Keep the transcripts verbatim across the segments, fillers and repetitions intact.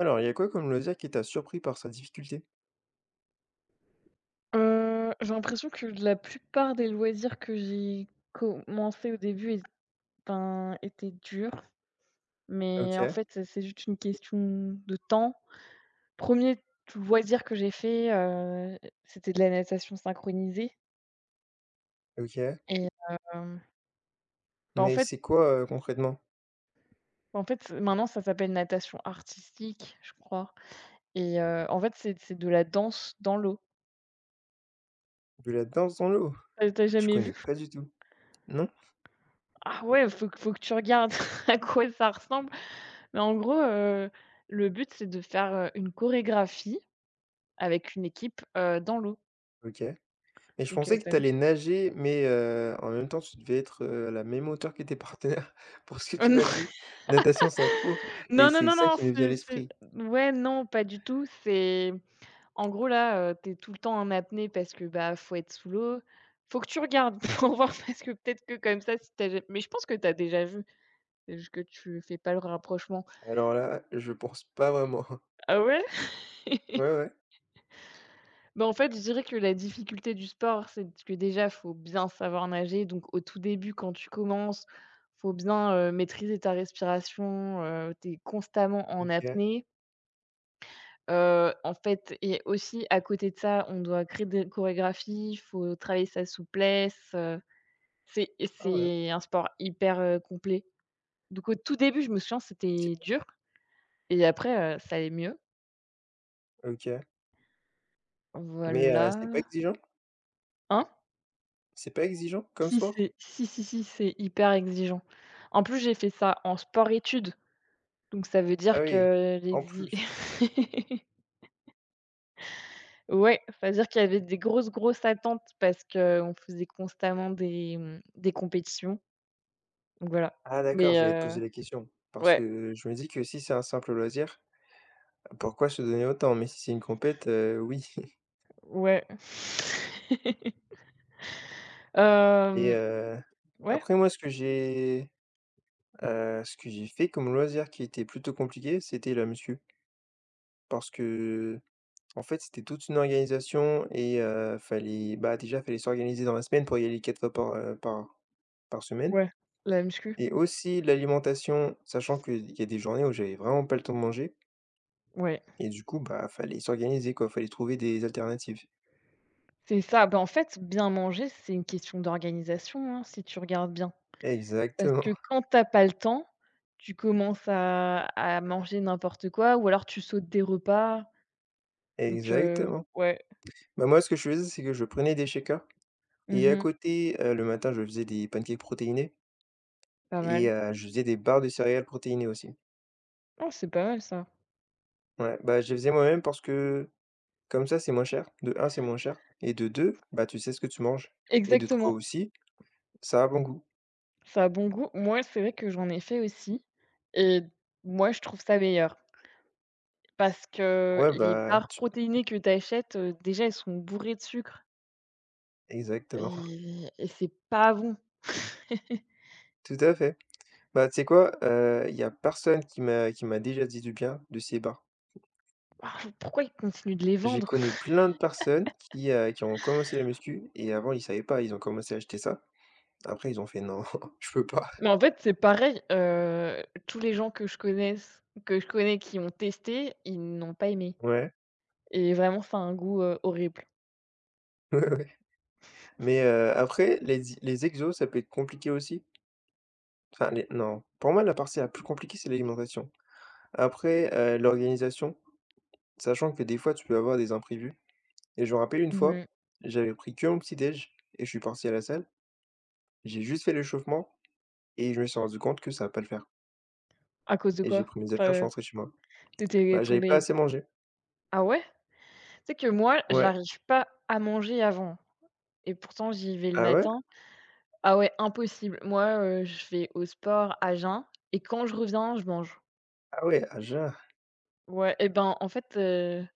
Alors, il y a quoi comme loisir qui t'a surpris par sa difficulté? Heu, j'ai l'impression que la plupart des loisirs que j'ai commencé au début et enfin, étaient durs, mais en OK, fait, c'est c'est juste une question de temps. Premier loisir que j'ai fait, heu, c'était de la natation synchronisée OK. et hem, bah, en Mais fait c'est quoi, heu, concrètement? en fait, c'est- maintenant ça s'appelle natation artistique, je crois. Et heu, en fait, c'est c'est de la danse dans l'eau. De la danse dans l'eau? T'as as Je jamais connais vu? pas du tout. Non? Ah ouais, faut que faut que tu regardes à quoi ça ressemble. Mais en gros, heu, le but, c'est de faire, heu, une chorégraphie avec une équipe, heu, dans l'eau. OK. Mais je Donc, heu, pensais que c'est-à-dire t'allais nager, mais heu, en même temps, tu devais être, heu, à la même hauteur que tes partenaires pour ce que heu, tu non, m'as dit, natation synchro et non, non, c'est non, ça non, qui me vient à c'est c'est l'esprit. ouais, non, pas du tout. C'est en gros, là, heu, tu es tout le temps en apnée parce que, bah, faut être sous l'eau. Faut que tu regardes pour voir parce que peut-être que comme ça, si t'as, ja mais je pense que t'as déjà vu, c'est juste que tu fais pas le rapprochement. Alors là, je pense pas vraiment. Ah ouais? Ouais, ouais. Bah, en fait, je dirais que la difficulté du sport, c'est que déjà, faut bien savoir nager. Donc au tout début, quand tu commences, faut bien, heu, maîtriser ta respiration, heu, tu es constamment en OK. apnée. Heu, en fait et aussi à côté de ça, on doit créer des chorégraphies, il faut travailler sa souplesse, heu, c'est Ah ouais. c'est un sport hyper, heu, complet. Donc au tout début, je me souviens, C'est c'était dur et après, heu, ça allait mieux. OK. Mais heu, c'est pas Voilà. exigeant? Hein? C'est pas exigeant comme Si, sport? c'est si, si, si, c'est hyper exigeant. En plus, j'ai fait ça en sport-études, donc ça veut Ah dire oui, que en l'exi plus. ouais, ça veut dire qu'il y avait des grosses, grosses attentes parce qu'on faisait constamment des, mmh, des compétitions, donc voilà. Ah d'accord, Mais j'allais te heu, poser la question. Parce ouais, que je me dis que si c'est un simple loisir, pourquoi se donner autant? Mais si c'est une compète, heu, oui. ouais. Et Hem, heu, ouais, après moi ce que j'ai, heu, ce que j'ai fait comme loisir qui était plutôt compliqué, c'était la muscu. Parce que en fait, c'était toute une organisation et heu, fallait bah, déjà fallait s'organiser dans la semaine pour y aller quatre fois par, heu, par par semaine ouais, la muscu, et aussi l'alimentation, sachant qu'il y a des journées où j'avais vraiment pas le temps de manger. ouais. Et du coup, bah, fallait s'organiser quoi, fallait trouver des alternatives. C'est ça, bah, en fait, bien manger, c'est une question d'organisation, hein, si tu regardes bien. Parce que Exactement, quand tu as pas le temps, tu commences à à manger n'importe quoi ou alors tu sautes des repas. Donc heu, exactement. ouais. Bah, moi, ce que je faisais, c'est que je prenais des shakers Mmh et à mh. côté, heu, le matin, je faisais des pancakes protéinés Pas et mal. heu, je faisais des barres de céréales protéinées aussi. Oh, c'est pas mal ça. Ouais, bah, je les faisais moi-même parce que comme ça, c'est moins cher. De un, c'est moins cher et de deux, bah, tu sais ce que tu manges et de trois Exactement, aussi, ça a bon goût. ça a bon goût. Moi, c'est vrai que j'en ai fait aussi et moi, je trouve ça meilleur parce que Ouais, les bah, barres tu protéinées que tu achètes, heu, déjà, elles sont bourrées de sucre exactement, et et c'est pas bon. tout à fait. Bah, tu sais quoi? Il y a personne qui m'a qui m'a déjà dit du bien de ces bars. Ah, pourquoi ils continuent de les J'ai vendre? connu plein de personnes qui, heu, qui ont commencé la muscu et avant ils savaient pas, ils ont commencé à acheter ça. Après ils ont fait: «Non, je peux pas». Mais en fait, c'est pareil, heu, tous les gens que je connaisse que je connais qui ont testé, ils n'ont pas aimé Ouais, et vraiment ça a un goût, heu, horrible. ouais, ouais. Mais, heu, après les les exos, ça peut être compliqué aussi. Enfin les non, pour moi la partie la plus compliquée, c'est l'alimentation. Après, heu, l'organisation, sachant que des fois tu peux avoir des imprévus et je me rappelle une fois, Mmh. j'avais pris que mon petit déj et je suis parti à la salle, j'ai juste fait l'échauffement et je me suis rendu compte que ça va pas le faire À cause de et j'ai quoi? pris mes affaires, je suis Enfin, rentré chez moi. tu Bah, j'avais pas tombée assez mangé. ah ouais? C'est que moi, Ouais. j'arrive pas à manger avant et pourtant j'y vais le Ah ouais? matin. Ah ouais, impossible. Moi, heu, je vais au sport à jeun et quand je reviens, je mange. Ah ouais, à jeun. Ouais et ben, en fait, heu,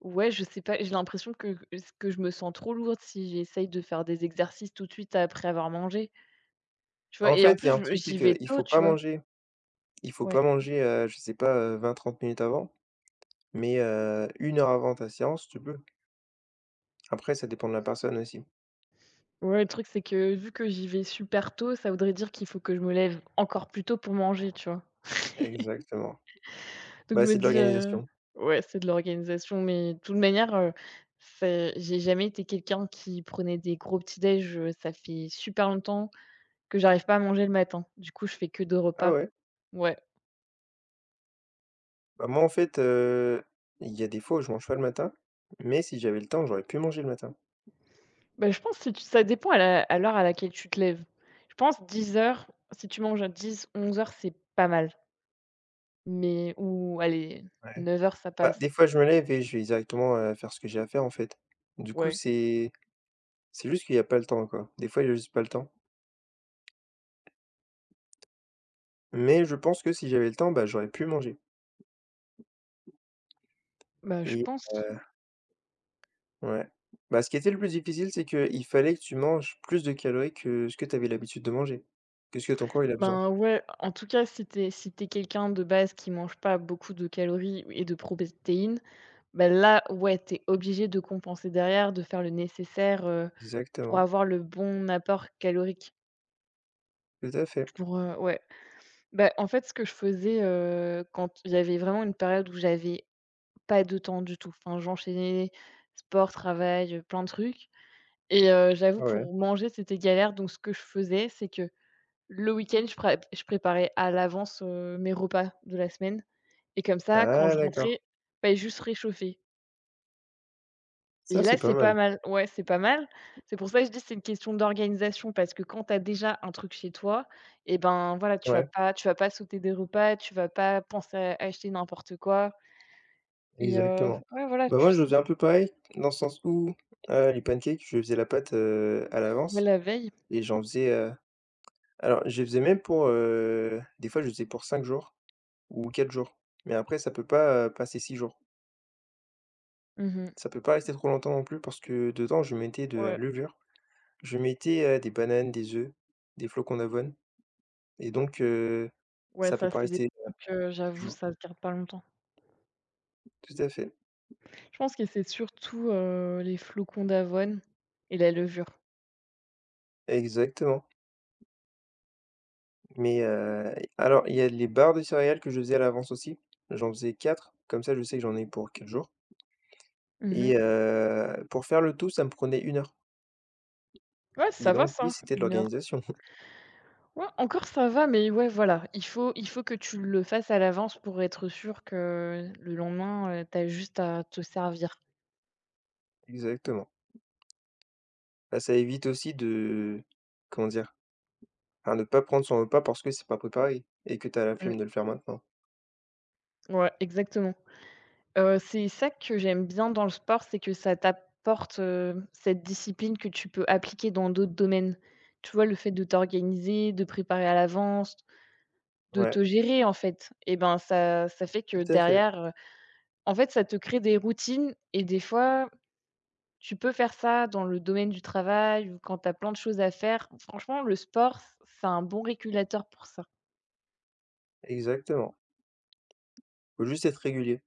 ouais, je sais pas, j'ai l'impression que que je me sens trop lourde si j'essaye de faire des exercices tout de suite après avoir mangé. Tu vois? En Et en fait, il y plus, a un je truc, c'est j'y vais qu'il tôt, faut tu pas vois? manger il faut Ouais. pas manger, heu, je sais pas, heu, vingt trente minutes avant, mais heu, une heure avant ta séance, tu peux. Après, ça dépend de la personne aussi. Ouais, le truc, c'est que vu que j'y vais super tôt, ça voudrait dire qu'il faut que je me lève encore plus tôt pour manger, tu vois? Exactement. Donc je Bah, me c'est de dis, heu l'organisation. ouais, c'est de l'organisation, mais de toute manière, heu, c'est j'ai jamais été quelqu'un qui prenait des gros petits-déj, heu, ça fait super longtemps que j'arrive pas à manger le matin. Du coup, je fais que deux Ah repas. ouais? Ouais. Bah, moi, en fait, heu, il y a des fois où je mange pas le matin, mais si j'avais le temps, j'aurais pu manger le matin. Bah, je pense si tu ça dépend à la à l'heure à laquelle tu te lèves. Je pense dix heures, si tu manges à dix onze heures c'est pas mal. Mais ou allez, Ouais. neuf heures ça Bah, des passe. fois, je me lève et je vais directement, heu, faire ce que j'ai à faire, en fait. Du coup, Ouais, c'est c'est juste qu'il y a pas le temps, quoi. Des fois, il y a juste pas le temps. Mais je pense que si j'avais le temps, bah, j'aurais pu manger bah, je et pense. heu, ouais. Bah, ce qui était le plus difficile, c'est qu'il fallait que tu manges plus de calories que ce que tu avais l'habitude de manger, que ce que ton corps, il a besoin. Ben, ouais, en tout cas, si t'es si t'es quelqu'un de base qui mange pas beaucoup de calories et de protéines, ben là, ouais, t'es obligé de compenser derrière, de faire le nécessaire, heu, pour Exactement, avoir le bon apport calorique. tout à fait. Pour, heu, ouais. Bah, en fait, ce que je faisais, heu, quand il y avait vraiment une période où j'avais pas de temps du tout, enfin, j'enchaînais sport, travail, heu, plein de trucs. Et heu, j'avoue Ouais, ouais. pour manger, c'était galère, donc ce que je faisais, c'est que le week-end, je prép je préparais à l'avance, heu, mes repas de la semaine et comme ça, quand Ah je d'accord, rentrais, fallait juste réchauffer et ça, là, c'est pas c'est pas mal. mal. Ouais, c'est pas mal. C'est pour ça que je dis que c'est une question d'organisation parce que quand tu as déjà un truc chez toi et ben, voilà, tu vas Ouais, pas tu vas pas sauter des repas, tu vas pas penser à acheter n'importe quoi et heu, exactement. ouais, voilà, Bah, tu moi, je sais, faisais un peu pareil, dans le sens où, heu, les pancakes, je faisais la pâte, heu, à ouais, l'avance la veille. et j'en faisais, heu Alors, je les faisais même pour, heu, des fois je le faisais pour cinq jours ou quatre jours, mais après ça peut pas, heu, passer six jours. Mmh. Ça peut pas rester trop longtemps non plus parce que dedans je mettais de la Ouais, levure, je mettais, heu, des bananes, des œufs, des flocons d'avoine et donc heu, ouais, ça peut ça, pas c'est des rester trucs, heu, six j'avoue, jours. ça se garde pas longtemps. Tout à fait, Je pense que c'est surtout, heu, les flocons d'avoine et la levure. exactement, mais heu, alors il y a les barres de céréales que je faisais à l'avance aussi. J'en faisais quatre, comme ça je sais que j'en ai pour quatre jours Mmh. et heu, pour faire le tout, ça me prenait une heure Ouais, et ça va donc oui, ça, c'était de une heure. l'organisation. Ouais, encore ça va, mais ouais, voilà, il faut il faut que tu le fasses à l'avance pour être sûr que le lendemain, heu, tu as juste à te servir. Exactement. Bah, ça évite aussi de comment dire? Enfin, de pas prendre son repas parce que c'est pas préparé et que tu as la Mmh. flemme de le faire maintenant. Ouais, exactement. Heu, c'est ça que j'aime bien dans le sport, c'est que ça t'apporte, heu, cette discipline que tu peux appliquer dans d'autres domaines. Tu vois, le fait de t'organiser, de préparer à l'avance, de Ouais, te gérer en fait et ben, ça ça fait que tout à fait, derrière. En fait, ça te crée des routines et des fois, tu peux faire ça dans le domaine du travail ou quand tu as plein de choses à faire. Franchement, le sport, c'est un bon régulateur pour ça. exactement. Faut juste être régulier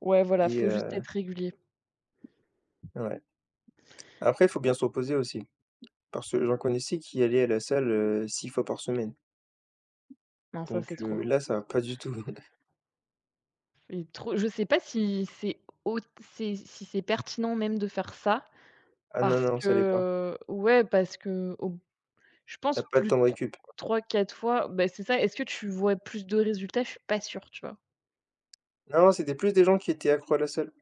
Ouais, voilà, et faut juste heu, être régulier. ouais. Après, il faut bien se reposer aussi parce que j'en connaissais qui allaient à la salle, heu, six fois par semaine Non, ça, donc c'est trop. heu, là, ça va pas du tout. Et trop, je sais pas si c'est au c'est si c'est pertinent même de faire ça Ah non, parce non, ça allait pas. que, ouais, parce qu'au je pense T'as pas de plus de temps de tro récup. trois fois, bah, c'est ça. Est-ce que tu vois plus de résultats? Je suis pas sûre, tu vois? Non, c'était plus des gens qui étaient accros à la salle.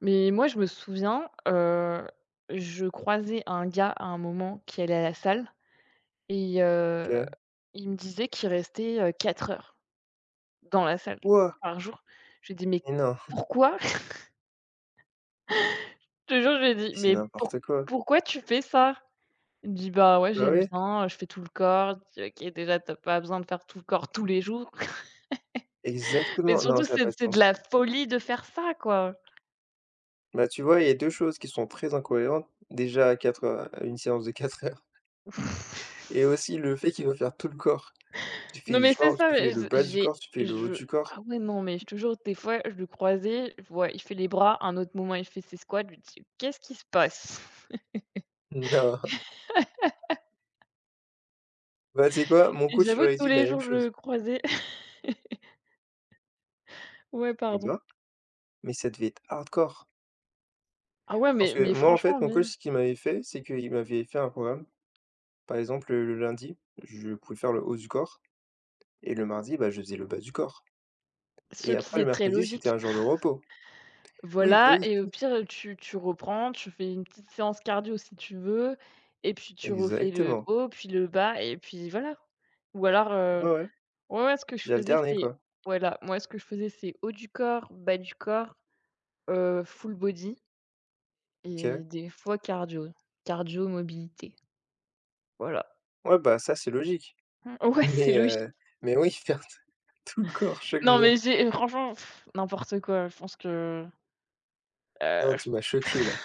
Mais moi, je me souviens, heu, je croisais un gars à un moment qui allait à la salle et heu, Je il me disait qu'il restait, heu, quatre heures dans la salle «Quoi? par jour. Je lui ai dit: «Mais Mais non, pourquoi?» Je te jure, je lui ai dit: c'est «Mais n'importe pour quoi». pourquoi tu fais ça?» Il me dit: «Bah, ouais, Bah j'aime ouais, bien, je fais tout le corps». Je dis: «OK, déjà, t'as pas besoin de faire tout le corps tous les jours, mais exactement. Non, surtout, ça n'a c'est pas de c'est de sens. la folie de faire ça, quoi». Bah, tu vois, il y a deux choses qui sont très incohérentes. Déjà, à quatre heures à une séance de quatre heures et aussi le fait qu'il va faire tout le corps. Tu Non, fais mais c'est jambes, ça, tu fais mais le je bas du j'ai corps, tu fais le haut je du corps. ah ouais, non, mais je te jure, des fois, je le croisais, je vois, il fait les bras, un autre moment, il fait ses squats, je me dis: «Qu'est-ce qui se passe?» Non. Bah, tu sais quoi? Mon et coach, il j'avoue, aurait tous dit la les même jours, je le chose. croisais ouais, Il pardon. va mais ça devait être hardcore. Ah ouais, Parce mais que mais moi, en franchement, fait, mon oui, coach, ce qu'il m'avait fait, c'est qu'il m'avait fait un programme. Par exemple, le le lundi, je pouvais faire le haut du corps et le mardi, bah, je faisais le bas du corps ce et après qui le est très mercredi, c'était logique. un jour de repos. Oui, bah, Voilà oui, et au pire, tu tu reprends, tu fais une petite séance cardio si tu veux et puis tu refais le exactement. haut, puis le bas et puis voilà. Ou alors, heu, Ouais, ouais, ouais, ouais, ce que je faisais, j'alternais, c'est quoi. voilà, moi, ce que je faisais, c'est haut du corps, bas du corps. Heu, full body OK. et des fois cardio, cardio mobilité, voilà. Ouais, bah, ça, c'est logique. Ouais, c'est Mais logique. heu, mais oui, faire t tout le corps chaque Non, mais jour. j'ai franchement pff, n'importe quoi. Je pense que, Ah, heu, tu m'as choqué, là.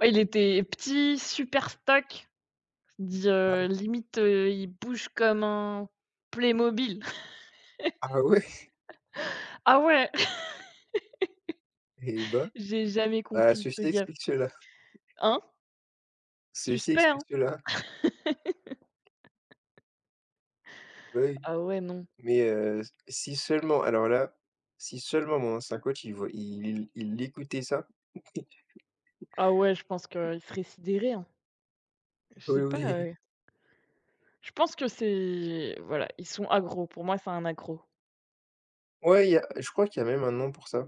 ouais, il était petit, super stock, dis, heu, limite, heu, il bouge comme un Playmobil. Ah ouais? Ah ouais, et bah, j'ai jamais bah, compris ce ceci gars. explique cela, Hein? ceci Suspect, hein? explique cela. Bah, oui. Ah ouais, non. Mais heu, si seulement alors là, si seulement mon ancien coach, il voit il il écoutait ça. Ah ouais, je pense qu'il serait sidéré, hein. Je sais Oui, pas, oui. heu, je pense que c'est voilà, ils sont accros. Pour moi, c'est un agro. Ouais, il y a je crois qu'il y a même un nom pour ça,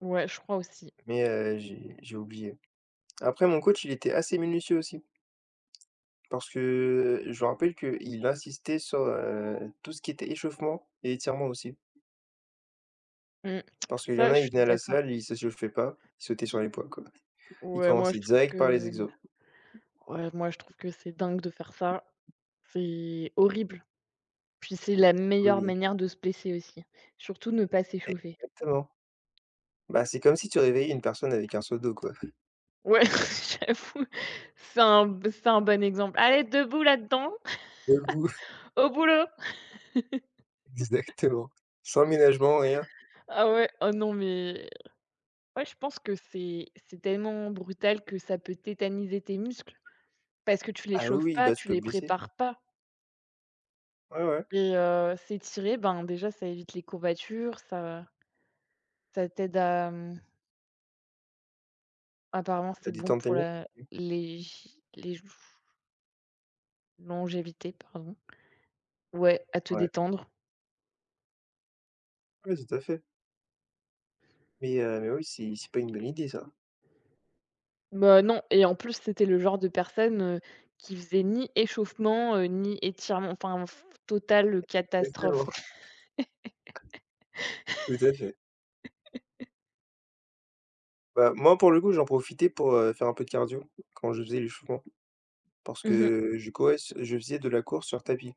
Ouais, je crois aussi. mais heu, j'ai j'ai oublié. Après mon coach, il était assez minutieux aussi parce que, je me rappelle qu'il insistait sur, heu, tout ce qui était échauffement et étirement aussi. Mmh. Parce qu'il y en Ça, je a, ils suis venaient à la d'accord. salle, ils se chauffait pas, ils sautaient sur les poids, quoi. Ils Ouais, moi je commençaient trouve direct que par les exos. ouais, moi je trouve que c'est dingue de faire ça. C'est horrible. Puis c'est la Oui, meilleure oui, manière de se blesser aussi. Surtout ne pas s'échauffer. exactement. Bah, c'est comme si tu réveillais une personne avec un seau d'eau, quoi. Ouais, j'avoue, c'est un b c'est un bon exemple. «Allez, debout là-dedans, Debout, au boulot!» exactement. Sans ménagement, rien. Ah ouais, oh non mais ouais, je pense que c'est c'est tellement brutal que ça peut tétaniser tes muscles parce que tu les Ah oui, chauffes oui, pas, bah, tu tu peux te les blesser. prépares pas Ouais, ouais, et heu, s'étirer, ben, déjà ça évite les courbatures, ça Ça t'aide à, mmh, apparemment la c'est bon détente est pour mieux. la les les longévité, pardon. Ouais, à te Ouais, détendre. ouais, tout à fait. Mais heu, mais oui, c'est c'est pas une bonne idée ça. Bah, non et en plus, c'était le genre de personne, heu, qui faisait ni échauffement, heu, ni étirement, enfin f totale catastrophe. Exactement, tout à fait. Bah, moi, pour le coup, j'en profitais pour, heu, faire un peu de cardio quand je faisais l'échauffement parce Mmh. que je courais s je faisais de la course sur tapis.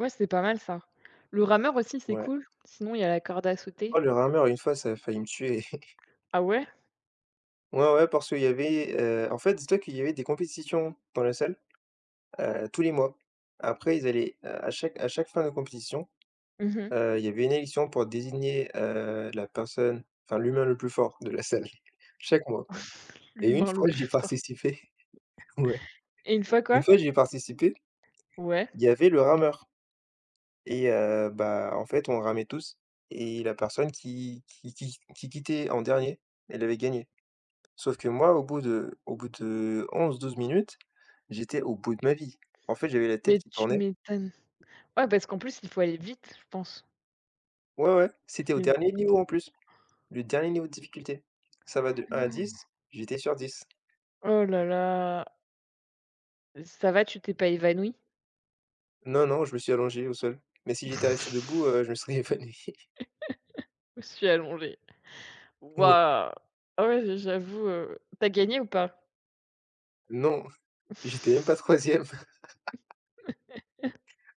Ouais, c'est pas mal ça. Le rameur aussi, c'est Ouais. cool. Sinon, il y a la corde à sauter. Oh, le rameur, une fois, ça a failli me tuer. Ah ouais? Ouais, ouais, parce qu'il y avait, heu, en fait, dis-toi qu'il y avait des compétitions dans la salle, heu, tous les mois. Après, ils allaient, heu, à chaque à chaque fin de compétition, Mmh. heu, il y avait une élection pour désigner, heu, la personne, enfin l'humain le plus fort de la salle, chaque mois. Et une L'humain le fois, j'y ai plus fort. participé. Ouais, Et une fois une quoi? fois, j'y ai participé, Ouais. il y avait le rameur et heu, bah, en fait, on ramait tous et la personne qui qui qui qui quittait en dernier, elle avait gagné. Sauf que moi, au bout de au bout de onze douze minutes, j'étais au bout de ma vie. En fait, j'avais la tête Mais qui tu tournait. m'étonnes. Ouais, parce qu'en plus, il faut aller vite, je pense. Ouais, ouais, c'était C'est au une dernier niveau compétition. en plus, le dernier niveau de difficulté. Ça va de un à dix. J'étais sur dix. Oh là là, ça va, tu t'es pas évanouie? Non, non, je me suis allongé au sol. Mais si j'étais resté debout, heu, je me serais évanoui. Je suis allongée. Ouais, Waouh! Ah ouais, j'avoue, heu, tu gagné ou pas? non, j'étais même pas troisième.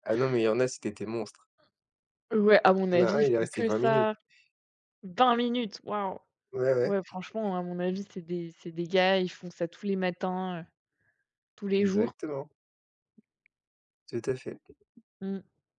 Ah non, mais il y en a, c'était des monstres. Ouais, à mon Il y en a avis, un, ils il est font resté que vingt minutes. ça. Vingt minutes, waouh! Ouais, ouais, Ouais, franchement, à mon avis, c'est des c'est des gars, ils font ça tous les matins, heu, tous les jours. exactement, tout à fait. Mmh.